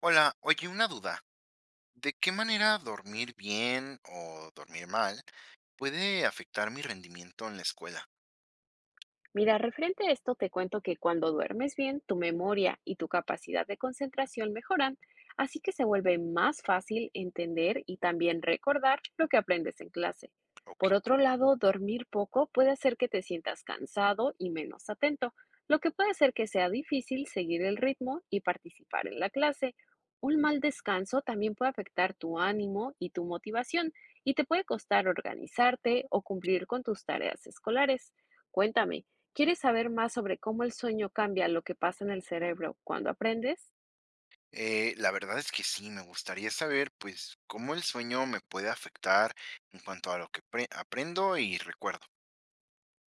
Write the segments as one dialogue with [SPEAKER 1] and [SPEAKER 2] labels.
[SPEAKER 1] Hola, oye, una duda. ¿De qué manera dormir bien o dormir mal puede afectar mi rendimiento en la escuela?
[SPEAKER 2] Mira, referente a esto, te cuento que cuando duermes bien, tu memoria y tu capacidad de concentración mejoran, así que se vuelve más fácil entender y también recordar lo que aprendes en clase. Por
[SPEAKER 1] Ok.
[SPEAKER 2] otro lado, dormir poco puede hacer que te sientas cansado y menos atento, lo que puede hacer que sea difícil seguir el ritmo y participar en la clase. Un mal descanso también puede afectar tu ánimo y tu motivación y te puede costar organizarte o cumplir con tus tareas escolares. Cuéntame, ¿quieres saber más sobre cómo el sueño cambia lo que pasa en el cerebro cuando aprendes?
[SPEAKER 1] La verdad es que sí, me gustaría saber, pues, cómo el sueño me puede afectar en cuanto a lo que aprendo y recuerdo.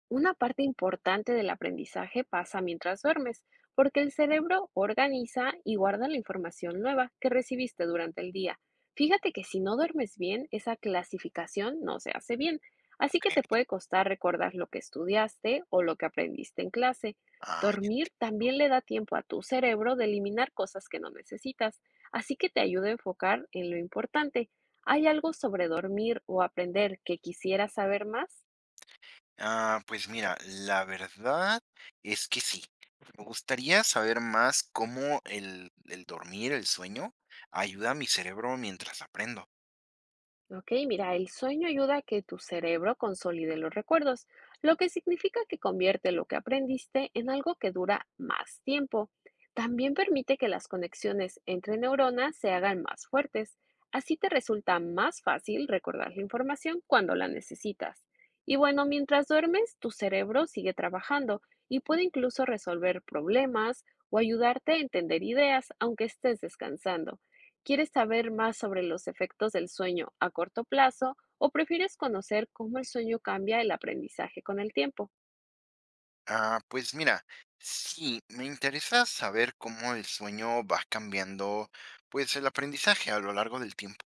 [SPEAKER 2] Una parte importante del aprendizaje pasa mientras duermes, porque el cerebro organiza y guarda la información nueva que recibiste durante el día. Fíjate que si no duermes bien, esa clasificación no se hace bien, así que te
[SPEAKER 1] Ok.
[SPEAKER 2] puede costar recordar lo que estudiaste o lo que aprendiste en clase.
[SPEAKER 1] Ah, ya.
[SPEAKER 2] Dormir también le da tiempo a tu cerebro de eliminar cosas que no necesitas, así que te ayuda a enfocar en lo importante. ¿Hay algo sobre dormir o aprender que quisieras saber más?
[SPEAKER 1] Ah, pues mira, la verdad es que sí. Me gustaría saber más cómo el dormir, el sueño, ayuda a mi cerebro mientras aprendo.
[SPEAKER 2] Ok, mira, el sueño ayuda a que tu cerebro consolide los recuerdos, lo que significa que convierte lo que aprendiste en algo que dura más tiempo. También permite que las conexiones entre neuronas se hagan más fuertes. Así te resulta más fácil recordar la información cuando la necesitas. Y bueno, mientras duermes, tu cerebro sigue trabajando y puede incluso resolver problemas o ayudarte a entender ideas aunque estés descansando. ¿Quieres saber más sobre los efectos del sueño a corto plazo o prefieres conocer cómo el sueño cambia el aprendizaje con el tiempo?
[SPEAKER 1] Ah, pues mira, sí, me interesa saber cómo el sueño va cambiando, pues el aprendizaje a lo largo del tiempo.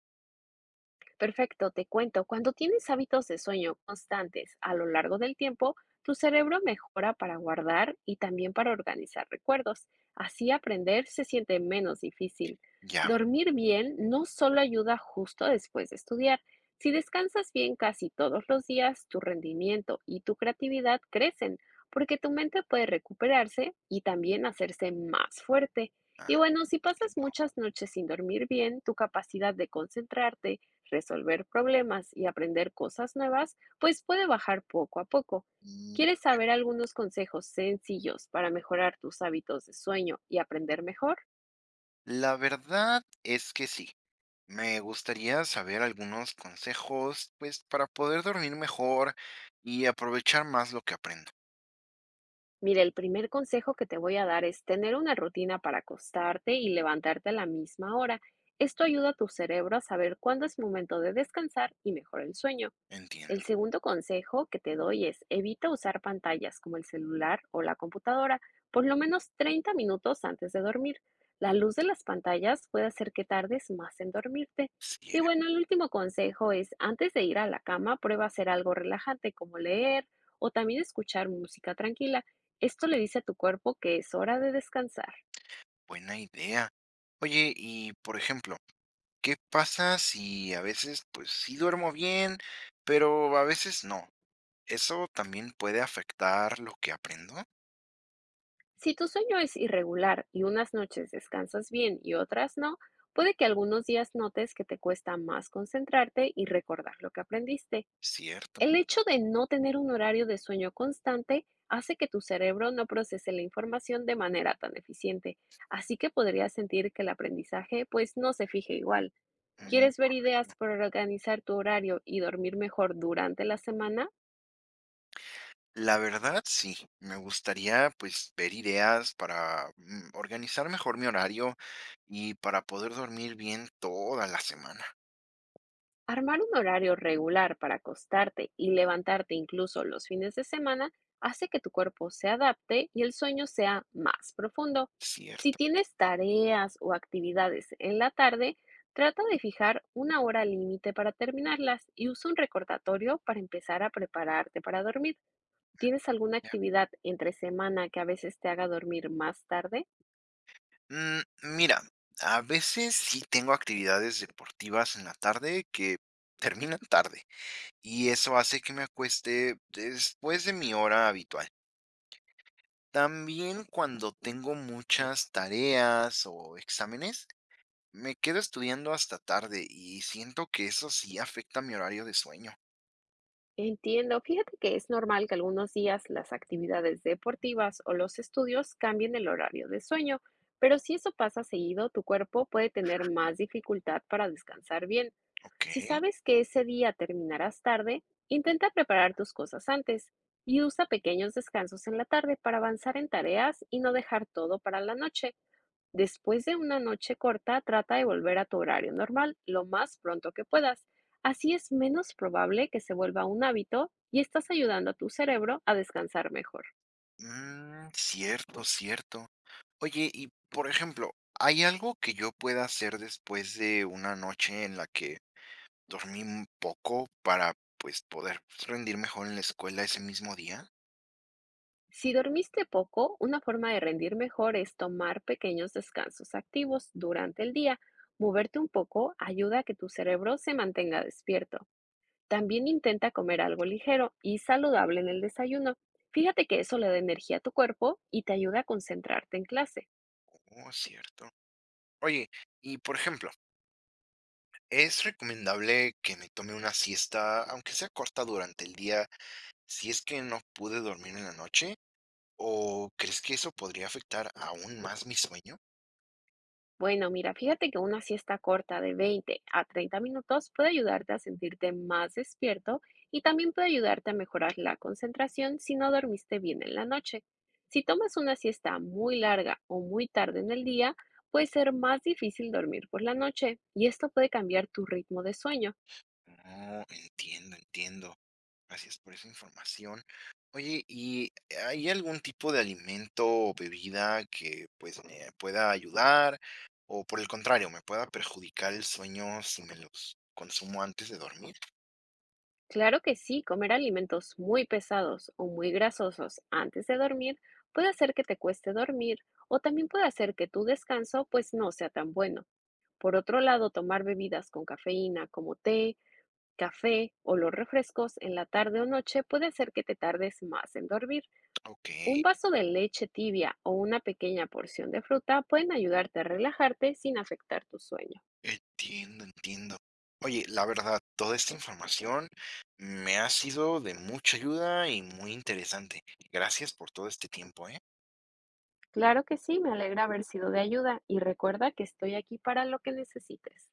[SPEAKER 2] Perfecto, te cuento, cuando tienes hábitos de sueño constantes a lo largo del tiempo, tu cerebro mejora para guardar y también para organizar recuerdos. Así aprender se siente menos difícil.
[SPEAKER 1] Ya,
[SPEAKER 2] Dormir bien no solo ayuda justo después de estudiar. Si descansas bien casi todos los días, tu rendimiento y tu creatividad crecen, porque tu mente puede recuperarse y también hacerse más fuerte.
[SPEAKER 1] ah,
[SPEAKER 2] Y bueno, si pasas
[SPEAKER 1] entiendo.
[SPEAKER 2] muchas noches sin dormir bien, tu capacidad de concentrarte, resolver problemas y aprender cosas nuevas, pues puede bajar poco a poco.
[SPEAKER 1] Mm,
[SPEAKER 2] ¿Quieres saber algunos consejos sencillos para mejorar tus hábitos de sueño y aprender mejor?
[SPEAKER 1] La verdad es que sí. Me gustaría saber algunos consejos, pues para poder dormir mejor y aprovechar más lo que aprendo.
[SPEAKER 2] Mira, el primer consejo que te voy a dar es tener una rutina para acostarte y levantarte a la misma hora. Esto ayuda a tu cerebro a saber cuándo es momento de descansar y mejora el sueño. El
[SPEAKER 1] Entiendo,
[SPEAKER 2] segundo consejo que te doy es evita usar pantallas como el celular o la computadora por lo menos 30 minutos antes de dormir. La luz de las pantallas puede hacer que tardes más en dormirte.
[SPEAKER 1] sí,
[SPEAKER 2] Y bueno, el último consejo es antes de ir a la cama, prueba hacer algo relajante como leer o también escuchar música tranquila. Esto le dice a tu cuerpo que es hora de descansar.
[SPEAKER 1] buena idea. Oye, y por ejemplo, ¿qué pasa si a veces, pues sí duermo bien, pero a veces no? Eso también puede afectar lo que aprendo,
[SPEAKER 2] Si tu sueño es irregular y unas noches descansas bien y otras no, puede que algunos días notes que te cuesta más concentrarte y recordar lo que aprendiste.
[SPEAKER 1] cierto.
[SPEAKER 2] El hecho de no tener un horario de sueño constante hace que tu cerebro no procese la información de manera tan eficiente, así que podrías sentir que el aprendizaje pues no se fije igual. ¿Quieres ver
[SPEAKER 1] Mm,
[SPEAKER 2] ideas para organizar tu horario y dormir mejor durante la semana?
[SPEAKER 1] la verdad, sí, me gustaría, pues, ver ideas para, organizar mejor mi horario y para poder dormir bien toda la semana,
[SPEAKER 2] Armar un horario regular para acostarte y levantarte incluso los fines de semana hace que tu cuerpo se adapte y el sueño sea más profundo. Si
[SPEAKER 1] cierto,
[SPEAKER 2] tienes tareas o actividades en la tarde, trata de fijar una hora límite para terminarlas y usa un recordatorio para empezar a prepararte para dormir. ¿Tienes alguna
[SPEAKER 1] ya.
[SPEAKER 2] actividad entre semana que a veces te haga dormir más tarde?
[SPEAKER 1] Mm, mira, a veces sí tengo actividades deportivas en la tarde que terminan tarde, y eso hace que me acueste después de mi hora habitual. También cuando tengo muchas tareas o exámenes, me quedo estudiando hasta tarde y siento que eso sí afecta mi horario de sueño.
[SPEAKER 2] Entiendo. Fíjate que es normal que algunos días las actividades deportivas o los estudios cambien el horario de sueño, pero si eso pasa seguido, tu cuerpo puede tener más dificultad para descansar bien.
[SPEAKER 1] Ok.
[SPEAKER 2] Si sabes que ese día terminarás tarde, intenta preparar tus cosas antes y usa pequeños descansos en la tarde para avanzar en tareas y no dejar todo para la noche. Después de una noche corta, trata de volver a tu horario normal lo más pronto que puedas. Así es menos probable que se vuelva un hábito y estás ayudando a tu cerebro a descansar mejor.
[SPEAKER 1] Mm, cierto, cierto. Oye, y por ejemplo, ¿hay algo que yo pueda hacer después de una noche en la que dormí un poco para pues poder rendir mejor en la escuela ese mismo día?
[SPEAKER 2] Si dormiste poco, una forma de rendir mejor es tomar pequeños descansos activos durante el día. Moverte un poco ayuda a que tu cerebro se mantenga despierto. También intenta comer algo ligero y saludable en el desayuno. Fíjate que eso le da energía a tu cuerpo y te ayuda a concentrarte en clase.
[SPEAKER 1] Oh, cierto. Oye, y por ejemplo, ¿es recomendable que me tome una siesta, aunque sea corta durante el día, si es que no pude dormir en la noche? ¿O crees que eso podría afectar aún más mi sueño?
[SPEAKER 2] Bueno, mira, fíjate que una siesta corta de 20 a 30 minutos puede ayudarte a sentirte más despierto y también puede ayudarte a mejorar la concentración si no dormiste bien en la noche. Si tomas una siesta muy larga o muy tarde en el día, puede ser más difícil dormir por la noche y esto puede cambiar tu ritmo de sueño.
[SPEAKER 1] No, entiendo, entiendo. Gracias por esa información. Oye, ¿y hay algún tipo de alimento o bebida que pues me pueda ayudar o, por el contrario, me pueda perjudicar el sueño si me los consumo antes de dormir?
[SPEAKER 2] Claro que sí, comer alimentos muy pesados o muy grasosos antes de dormir puede hacer que te cueste dormir o también puede hacer que tu descanso pues no sea tan bueno. Por otro lado, tomar bebidas con cafeína como té, café o los refrescos en la tarde o noche puede hacer que te tardes más en dormir.
[SPEAKER 1] Ok,
[SPEAKER 2] Un vaso de leche tibia o una pequeña porción de fruta pueden ayudarte a relajarte sin afectar tu sueño.
[SPEAKER 1] entiendo, entiendo. Oye, la verdad, toda esta información me ha sido de mucha ayuda y muy interesante. Gracias por todo este tiempo, ¿eh?
[SPEAKER 2] Claro que sí, me alegra haber sido de ayuda y recuerda que estoy aquí para lo que necesites.